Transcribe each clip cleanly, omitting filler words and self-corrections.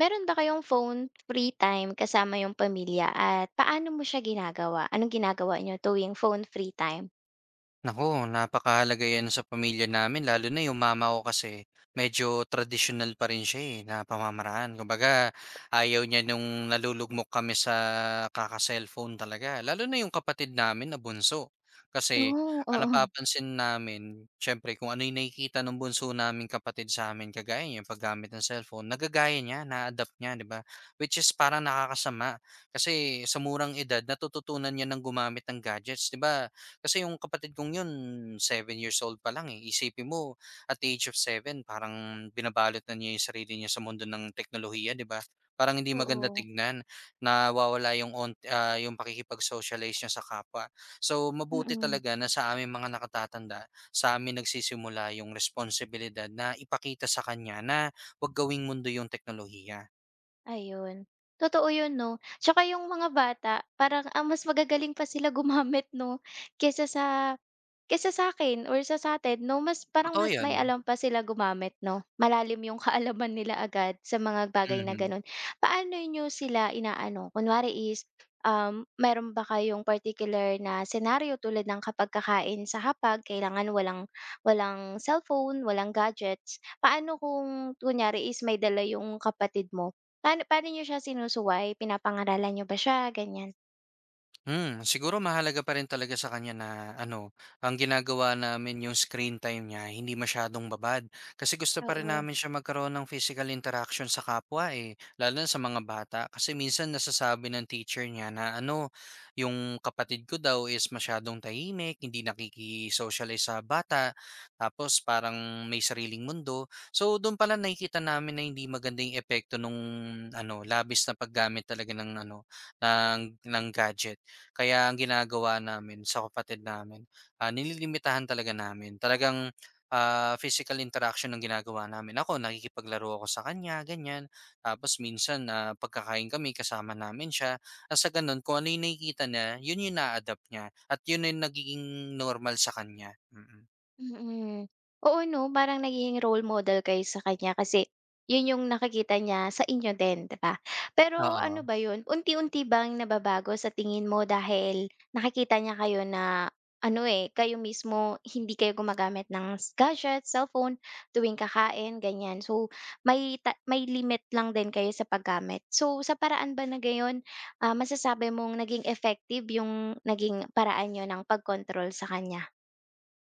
Meron ba kayong phone free time kasama yung pamilya at paano mo siya ginagawa? Anong ginagawa niyo tuwing phone free time? Naku, napakahalaga 'yan sa pamilya namin lalo na yung mama ko kasi medyo traditional pa rin siya, eh, na pamamaraan. Kumbaga ayaw niya nung nalulugmok kami sa kaka-cellphone talaga, lalo na yung kapatid namin na bunso. Kasi Oo, ang oo. napapansin namin siyempre kung ano yung nakikita ng bunso naming kapatid sa amin kagaya niya yung paggamit ng cellphone, nagagaya niya, na adapt niya, 'di ba? Which is parang nakakasama kasi sa murang edad natututunan niya ng gumamit ng gadgets, 'di ba? Kasi yung kapatid kong yun 7 years old pa lang, eh. Isipin mo at the age of 7 parang binabalot na niya yung sarili niya sa mundo ng teknolohiya, 'di ba? Parang hindi maganda Oo, tignan, nawawala yung yung pakikipag-socialize niya sa kapwa. So, mabuti mm. talaga na sa aming mga nakatatanda, sa amin nagsisimula yung responsibilidad na ipakita sa kanya na 'wag gawing mundo yung teknolohiya. Ayun, totoo yun 'no? Tsaka yung mga bata parang ang mas magagaling pa sila gumamit 'no, kaysa sa Kaysa sa'kin or sa'tin 'no, mas parang Totoo mas yun, may alam pa sila gumamit 'no, malalim yung kaalaman nila agad sa mga bagay na mhm. gano'n. Paano niyo sila inaano, kunwari is, meron ba kayong particular na senaryo tulad ng kapag kakain sa hapag kailangan walang walang cellphone, walang gadgets. Paano kung kunyari is may dala yung kapatid mo, paano paano niyo siya sinusuway, pinapangaralan niyo ba siya, ganyan? Siguro mahalaga pa rin talaga sa kanya na ano, ang ginagawa namin yung screen time niya hindi masyadong babad. Kasi gusto pa rin Oo. namin siya magkaroon ng physical interaction sa kapwa eh, lalo na sa mga bata. Kasi minsan nasasabi ng teacher niya na ano, yung kapatid ko daw is masyadong tahimik, hindi nakikisocialize sa bata, tapos parang may sariling mundo. So doon pala nakikita namin na hindi magandang epekto nung ano, labis na paggamit talaga ng ano, ng ng gadget. Kaya ang ginagawa namin sa kapatid namin, nililimitahan talaga namin. Talagang, physical interaction ang ginagawa namin. Ako nakikipaglaro ako sa kanya, ganyan. Tapos minsan, pagkakain kami kasama namin siya. At sa gano'n kung ano yung nakikita niya, yun yung naa-adapt niya at yun na yung nagiging normal sa kanya, mm. mm. Mm. Oo 'no, parang nagiging role model kayo sa kanya kasi yun yung nakikita niya sa inyo din, 'di ba? Pero ano Oo. ba yun, unti-unti bang nababago sa tingin mo dahil nakikita niya kayo na ano, eh, kayo mismo hindi kayo gumagamit ng gadget, cellphone tuwing kakain, ganyan. So, may limit lang din kayo sa paggamit. So, sa paraan ba na gayon, masasabi mong naging effective yung naging paraan niyo ng pag-control sa kanya?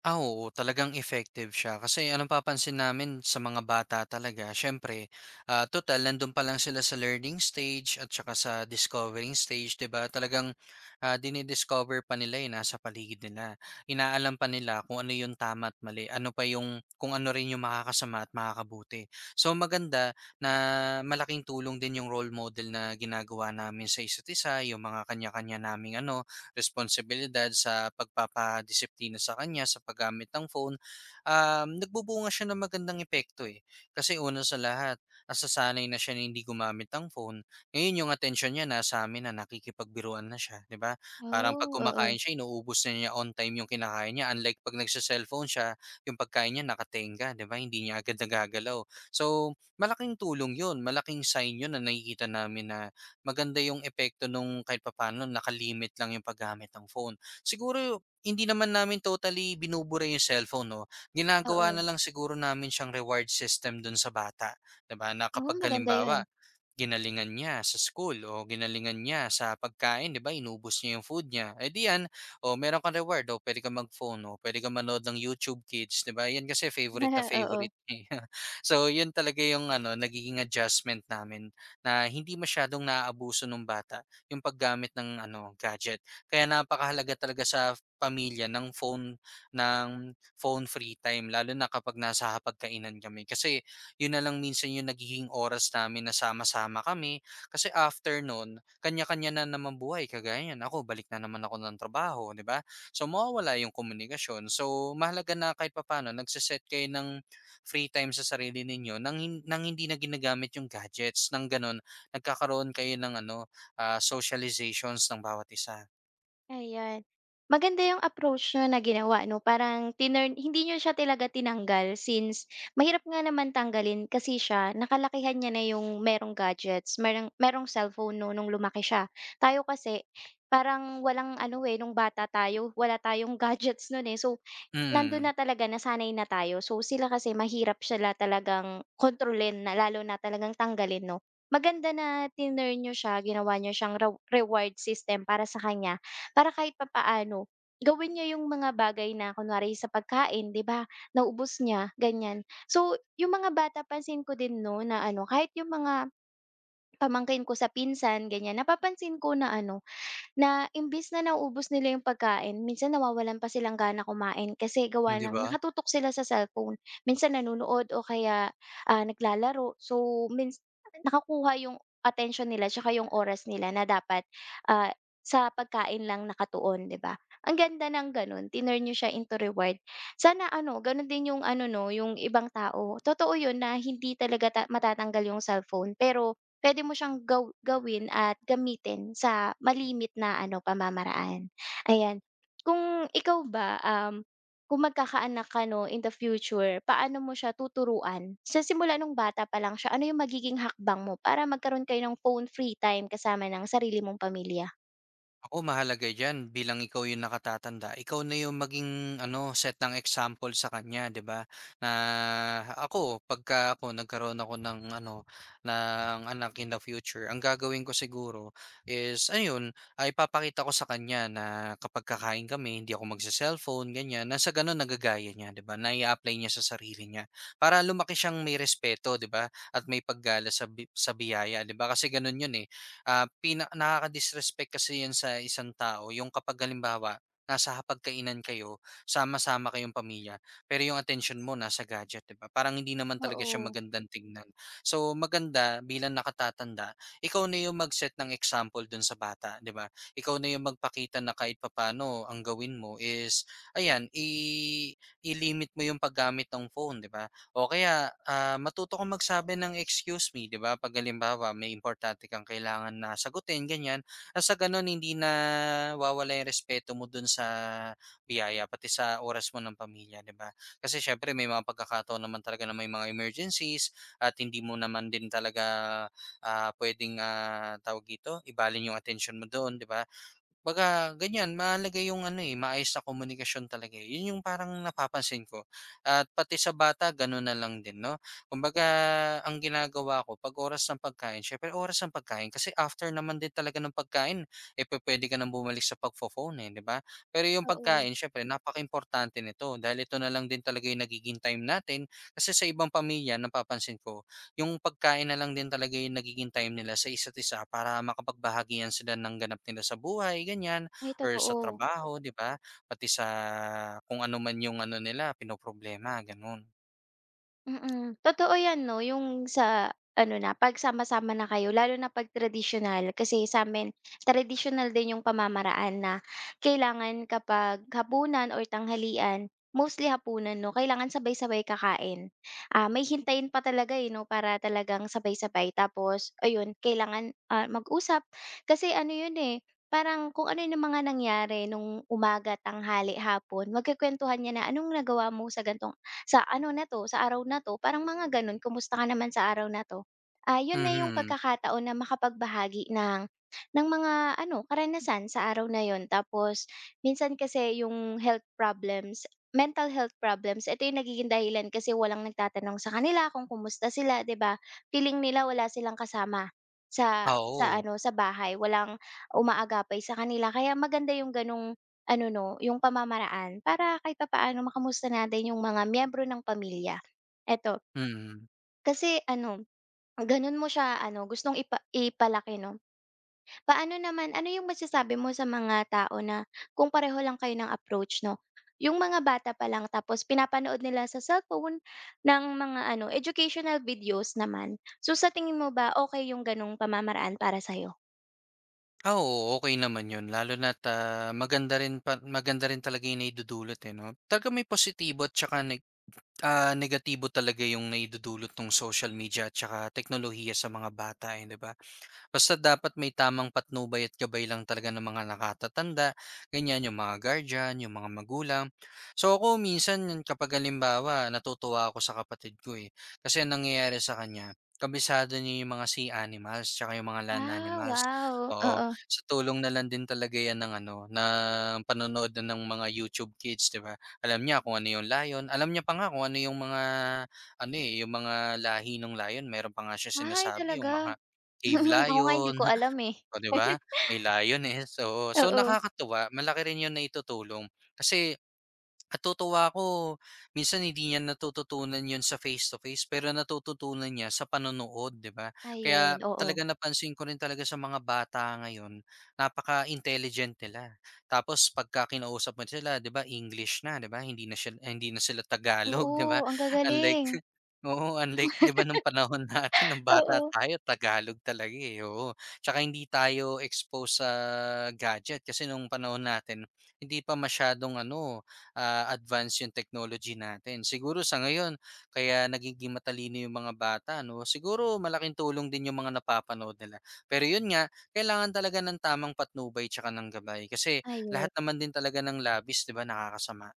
Oo, talagang effective siya kasi ang papansin namin sa mga bata talaga siyempre, tutal nandun pa lang sila sa learning stage at saka sa discovering stage 'di ba? Talagang, dini-discover pa nila yung nasa paligid nila. Inaalam pa nila kung ano yung tama at mali, ano pa yung kung ano rin yung makakasama at makakabuti. So maganda na malaking tulong din yung role model na ginagawa namin sa isa't isa, yung mga kanya-kanya naming ano, responsibilidad sa pagpapadisiplina sa kanya sa paggamit ng phone, nagbubunga siya ng magandang epekto eh. Kasi una sa lahat, nasasanay na siya na hindi gumamit ng phone. Ngayon yung attention niya nasa amin na nakikipagbiruan na siya, di ba? Parang pag Oh, kumakain oo. siya, inuubos na niya on time yung kinakain niya. Unlike pag nagsa-cellphone siya, yung pagkain niya nakatenga, di ba? Hindi niya agad nagagalaw. So, malaking tulong yun. Malaking sign yun na nakikita namin na maganda yung epekto nung kahit papaano naka-limit lang yung paggamit ng phone. Siguro hindi naman namin totally binubura yung cellphone 'no, ginagawa Oo. na lang siguro namin siyang reward system dun sa bata, 'di ba, na Oo, kapag maganda halimbawa 'yun. ginalingan niya sa school o ginalingan niya sa pagkain, 'di ba, inubos niya 'yung food niya. Eh, di 'yan, oh, meron kang reward, oh, puwede kang mag-phone, oh, puwede kang manood ng YouTube Kids, 'di ba? 'Yan kasi favorite na Oo, favorite niya, so 'yun talaga 'yung ano, nagiging adjustment namin na hindi masyadong naaabuso ng bata 'yung paggamit ng ano, gadget. Kaya napakahalaga talaga sa pamilya ng phone ng phone free time lalo na kapag nasa hapagkainan kami kasi yun na lang minsan yung nagiging oras namin na sama-sama kami kasi after nun, kanya-kanya na naman buhay. Kagaya niyan, ako balik na naman ako ng trabaho, 'di ba? So mawawala yung komunikasyon. So mahalaga na kahit papano nagse-set kayo ng free time sa sarili ninyo nang, nang hindi na ginagamit yung gadgets. Nang ganun, nagkakaroon kayo ng ano, socializations ng bawat isa. ayan. Maganda yung approach niyo na ginawa 'no, parang tinurn hindi niyo siya talaga tinanggal, since mahirap nga naman tanggalin kasi siya, nakalakihan niya na yung merong gadgets, merong merong cellphone 'no nung lumaki siya. Tayo kasi parang walang ano, eh, nung bata tayo wala tayong gadgets nun, eh. So, nandun hmm, na talaga, nasanay na tayo, so sila kasi mahirap, sila talagang kontrolin na, lalo na talagang tanggalin 'no. Maganda na tinurn niyo siya, ginawa niyo siyang reward system para sa kanya, para kahit papaano gawin niya yung mga bagay na kunwari sa pagkain, 'di ba, naubos niya, ganyan. So yung mga bata, pansin ko din 'no na ano, kahit yung mga pamangkin ko sa pinsan, ganyan napapansin ko, na ano, na imbes na nauubos nila yung pagkain, minsan nawawalan pa silang gana kumain kasi gawa 'Di ng ba? nakatutok sila sa cellphone. Minsan nanonood, o kaya, naglalaro. So, nakakuha yung attention nila, tsaka yung oras nila na dapat, ah, sa pagkain lang nakatuon, 'di ba? Ang ganda ng gano'n, tinurn niyo siya into reward. Sana ano, gano'n din yung ano 'no, yung ibang tao. Totoo yun na hindi talaga matatanggal yung cellphone, pero puwede mo siyang gawin at gamitin sa malimit na ano, pamamaraan, ayan. Kung ikaw ba, kung magkakaanak ka 'no, in the future, paano mo siya tuturuan? Sa simula nung bata pa lang siya, ano yung magiging hakbang mo para magkaroon kayo ng phone free time kasama ng sarili mong pamilya? Ako mahalaga diyan bilang ikaw yung nakatatanda, ikaw na yung maging ano, set ng example sa kanya, 'di ba? Na ako, pagka ako nagkaroon ako ng ano, ng anak in the future, ang gagawin ko siguro is ayun, ay papakita ko sa kanya na kapag kakain kami, hindi ako magse-cellphone, ganyan. Na sa ganun nagagaya niya, 'di ba? Na i-apply niya sa sarili niya para lumaki siyang may respeto, 'di ba? At may paggala sa sa biyaya, 'di ba? Kasi ganun 'yun eh pina nakaka-disrespect kasi 'yan sa isang tao yung kapag halimbawa nasa hapagkainan kayo, sama-sama kayong pamilya, pero yung attention mo nasa gadget, 'di ba? Parang hindi naman talaga siya Oo, magandang tignan. So, maganda bilang nakatatanda, ikaw na yung mag-set ng example dun sa bata, 'di ba? Ikaw na yung magpakita na kahit papaano ang gawin mo is ayan, i-limit mo yung paggamit ng phone, 'di ba? O kaya, matuto kang magsabi ng excuse me, 'di ba? Pag halimbawa may importante kang kailangan na sagutin, ganyan. At sa ganun hindi na wawala yung respeto mo dun sa biyaya pati sa oras mo ng pamilya, 'di ba? Kasi syempre may mga pagkakataon naman talaga na may mga emergencies at hindi mo naman din talaga pwedeng tawag dito, ibalin yung attention mo doon, 'di ba? 'Baga ganyan, mahalaga yung ano, eh, maayos na komunikasyon talaga, eh. Yun yung parang napapansin ko at pati sa bata gano'n na lang din 'no. Kumbaga ang ginagawa ko 'pag oras ng pagkain siyempre oras ng pagkain kasi after naman din talaga ng pagkain, eh, pupuwede ka ng bumalik sa pagfo-phone, eh, 'di ba? Pero yung oo. pagkain siyempre napakaimportante nito dahil ito na lang din talaga yung nagiging time natin kasi sa ibang pamilya napapansin ko yung pagkain na lang din talaga yung nagiging time nila sa isa't isa para makapagbahagihan sila ng ganap nila sa buhay, ganyan, Ay, or sa totoo. trabaho, 'di ba? Pati sa kung ano man yung ano nila, pinoproblema, gano'n. Mm, totoo 'yan 'no, yung sa ano, na 'pag sama-sama na kayo, lalo na 'pag tradisyonal kasi sa'min traditional din yung pamamaraan, na kailangan kapag hapunan or tanghalian, mostly hapunan 'no, kailangan sabay-sabay kakain. Ah, may hintayin pa talaga, eh, 'no, para talagang sabay-sabay, tapos ayun kailangan, mag-usap kasi ano yun, eh, parang kung ano yung mga nangyari nung umaga, tanghali, hapon, magkukuwentuhan niya na, "Anong nagawa mo sa gan'tong sa ano na 'to, sa araw na 'to," parang mga gano'n, "Kumusta ka naman sa araw na 'to?" Ah, 'yun na yung Mhm. pagkakataon na makapagbahagi ng mga ano, karanasan sa araw na 'yun. Tapos minsan kasi yung health problems, mental health problems, ito yung nagiging dahilan kasi walang nagtatanong sa kanila kung kumusta sila, 'di ba? Feeling nila wala silang kasama sa Oo. ano, sa bahay, walang umaagapay sa kanila. Kaya maganda yung gano'ng ano 'no, yung pamamaraan para kahit papaano makamusta natin yung mga miyembro ng pamilya. Eto, Mm. kasi ano, gano'n mo siya ano, gustong ipalaki 'no. Paano naman, ano yung masasabi mo sa mga tao na kung pareho lang kayo ng approach 'no? Yung mga bata pa lang tapos pinapanood nila sa cellphone ng mga ano, educational videos naman. So, sa tingin mo ba okay yung gano'ng pamamaraan para sa'yo? Oo, okay naman yun lalo na ah, maganda rin pa maganda rin talaga yung naidudulot, eh, 'no? Talagang may positibo at tsaka negatibo talaga yung naidudulot ng social media at tsaka teknolohiya sa mga bata, eh, 'di ba? Basta dapat may tamang patnubay at gabay lang talaga ng mga nakatatanda, ganyan, yung mga guardian, yung mga magulang. So ako minsan kapag halimbawa natutuwa ako sa kapatid ko eh, kasi ang nangyayari sa kanya, kabisado niya yung mga sea animals tsaka yung mga land Ah, animals. wow, Oo, oo. sa tulong na lang din talaga yan ng ano, ng panonood na ng mga YouTube Kids, 'di ba? Alam niya kung ano yung lion, alam niya pa nga kung ano yung mga ano eh, yung mga lahi ng lion, meron pa nga siya Ay, sinasabi yung talaga? mga cave Ako nga hindi lion, ko alam, eh. oh, 'di ba? May lioness, oo. So, Oo, nakakatuwa malaki rin 'yun na naitutulong kasi natutuwa ako minsan hindi niya natututunan 'yun sa face to face pero natututunan niya sa panonood, 'di ba? Kaya ayun, oo. talaga napansin ko rin talaga sa mga bata ngayon napaka-intelligent nila. Tapos pagka kinausap mo sila 'di ba English na, 'di ba? Hindi na sila Tagalog, 'di ba? Oo, ang gagaling. Unlike oo, unlike 'di ba nung panahon natin nung bata Oo. tayo Tagalog talaga, eh, oo. Tsaka hindi tayo exposed sa gadget kasi nung panahon natin hindi pa masyadong ano, advance yung technology natin. Siguro sa ngayon kaya nagiging matalino yung mga bata 'no, siguro malaking tulong din yung mga napapanood nila. Pero yun nga, kailangan talaga ng tamang patnubay tsaka ng gabay kasi lahat Ayun. naman din talaga ng labis 'di ba nakakasama.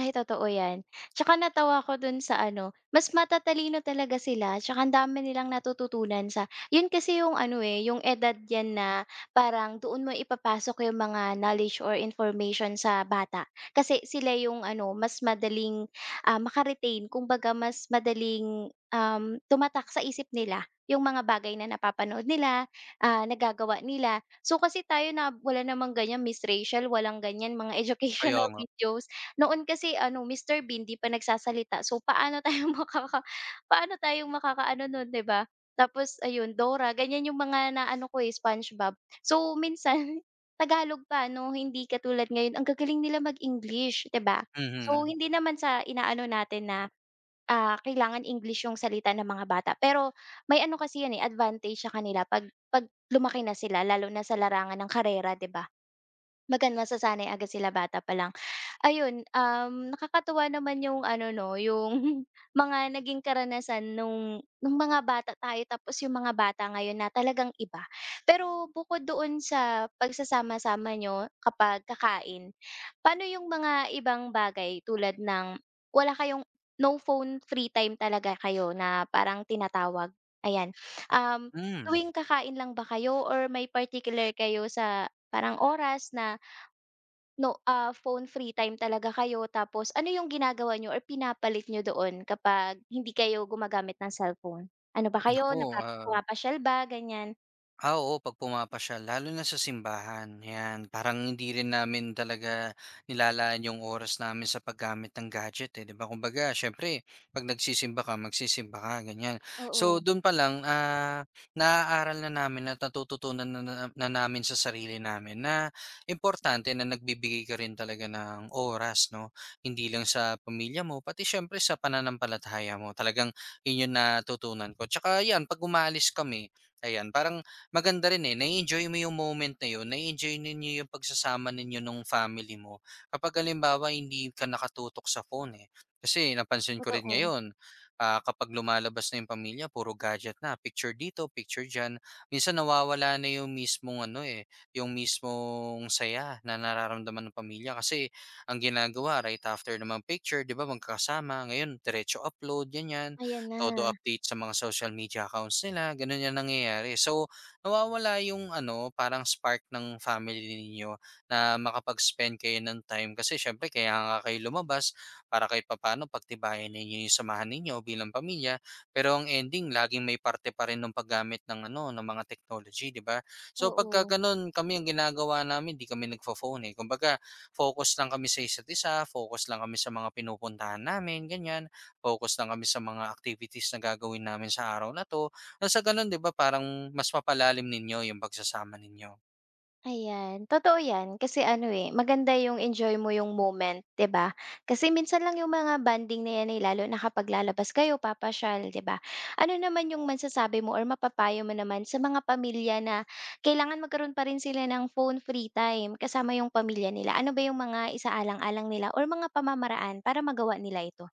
Ay, totoo 'yan. Tsaka natawa ako dun sa ano, mas matatalino talaga sila, tsaka ang dami nilang natututunan sa yun, kasi yung ano, eh, yung edad 'yan na parang doon mo ipapasok yung mga knowledge or information sa bata. Kasi sila yung ano, mas madaling, maka-retain, kumbaga mas madaling, tumatak sa isip nila yung mga bagay na napapanood nila, nagagawa nila. So, kasi tayo na wala namang ganyan, Miss Rachel, walang ganyan mga Kaya educational nga. videos. Noon kasi ano, Mr. Bean 'di pa nagsasalita, so paano tayo paano tayo makakaano nun, 'di ba? Tapos ayun, Dora, ganyan yung mga naano ko, eh, SpongeBob. So minsan Tagalog pa 'no, hindi katulad ngayon, ang gagaling nila mag-English, 'di ba? So Mhm. hindi naman sa inaano natin na, kailangan English yung salita ng mga bata, pero may ano kasi 'yan, eh, advantage sa kanila 'pag lumaki na sila, lalo na sa larangan ng karera, 'di ba? Masasanay agad sila bata pa lang. Ayun, nakakatuwa naman yung ano 'no, yung mga naging karanasan nung mga bata tayo, tapos yung mga bata ngayon na talagang iba. Pero bukod doon sa pagsasama-sama nyo kapag kakain, paano yung mga ibang bagay tulad ng wala kayong no phone, free time talaga kayo na parang tinatawag, ayan. Um, Hmm, Tuwing kakain lang ba kayo, or may particular kayo sa parang oras na no, phone free time talaga kayo, tapos ano yung ginagawa niyo or pinapalit niyo doon kapag hindi kayo gumagamit ng cellphone? Ano ba kayo, naku, nagpa ah pumapasyal ba, ganyan? Ah, oo, 'pag pumapasyal lalo na sa simbahan, 'yan. Parang hindi rin namin talaga nilalaan yung oras namin sa paggamit ng gadget, eh, 'di ba? Kumbaga siyempre 'pag nagsisimba ka, magsisimba ka, ganiyan. So, Oo, do'n pa lang, naaaral na namin at natututunan na na na namin sa sarili namin na importante na nagbibigay ka rin talaga ng oras, 'no? Hindi lang sa pamilya mo, pati siyempre sa pananampalataya mo. Talagang 'yun yung natutunan ko. Tsaka 'yan, 'pag umaalis kami, ayan, parang maganda rin, eh, na enjoy mo yung moment na yun, na enjoy ninyo yung pagsasama ninyo nung family mo. Kapag halimbawa hindi ka nakatutok sa phone, eh. Kasi napansin ko rin totoo. ngayon, kapag lumalabas na yung pamilya puro gadget na, picture dito, picture diyan. Minsan nawawala na yung mismong ano, eh, yung mismong saya na nararamdaman ng pamilya kasi ang ginagawa right after naman picture 'di ba magkakasama, ngayon diretso upload ganyan, Ayan na, todo update sa mga social media accounts nila, ganun 'yang nangyayari. So, nawawala yung ano, parang spark ng family ninyo na makapag-spend kayo ng time kasi syempre kaya nga kayo lumabas para kahit papano pagtibayan ninyo yung samahan ninyo bilang pamilya. Pero ang ending, laging may parte pa rin ng paggamit ng ano, ng mga technology, di ba? So pagka oo. ganun, kami ang ginagawa namin, di kami nagfo-phone eh. Kumbaga, focus lang kami sa isa't isa, focus lang kami sa mga pinupuntahan namin, ganyan. Focus lang kami sa mga activities na gagawin namin sa araw na to nang sa gano'n 'di ba parang mas mapalalim ninyo yung pagsasama ninyo. Ayan, totoo 'yan. Kasi ano, eh, maganda yung enjoy mo yung moment, 'di ba? Kasi minsan lang yung mga bonding na 'yan, eh, lalo na kapag lalabas kayo, papasyal, 'di ba? Ano naman yung masasabi mo or mapapayo mo naman sa mga pamilya na kailangan magkaroon pa rin sila ng phone-free time kasama yung pamilya nila? Ano ba yung mga isaalang-alang nila or mga pamamaraan para magawa nila ito?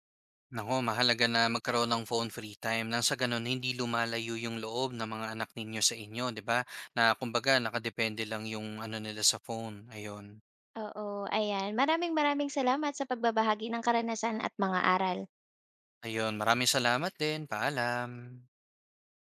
Naku, mahalaga na magkaroon ng phone free time nang sa gano'n hindi lumalayo yung loob ng mga anak ninyo sa inyo 'di ba, na kumbaga nakadepende lang yung ano nila sa phone, ayun. Oo, ayan. Maraming maraming salamat sa pagbabahagi ng karanasan at mga aral. Ayun, maraming salamat din, paalam.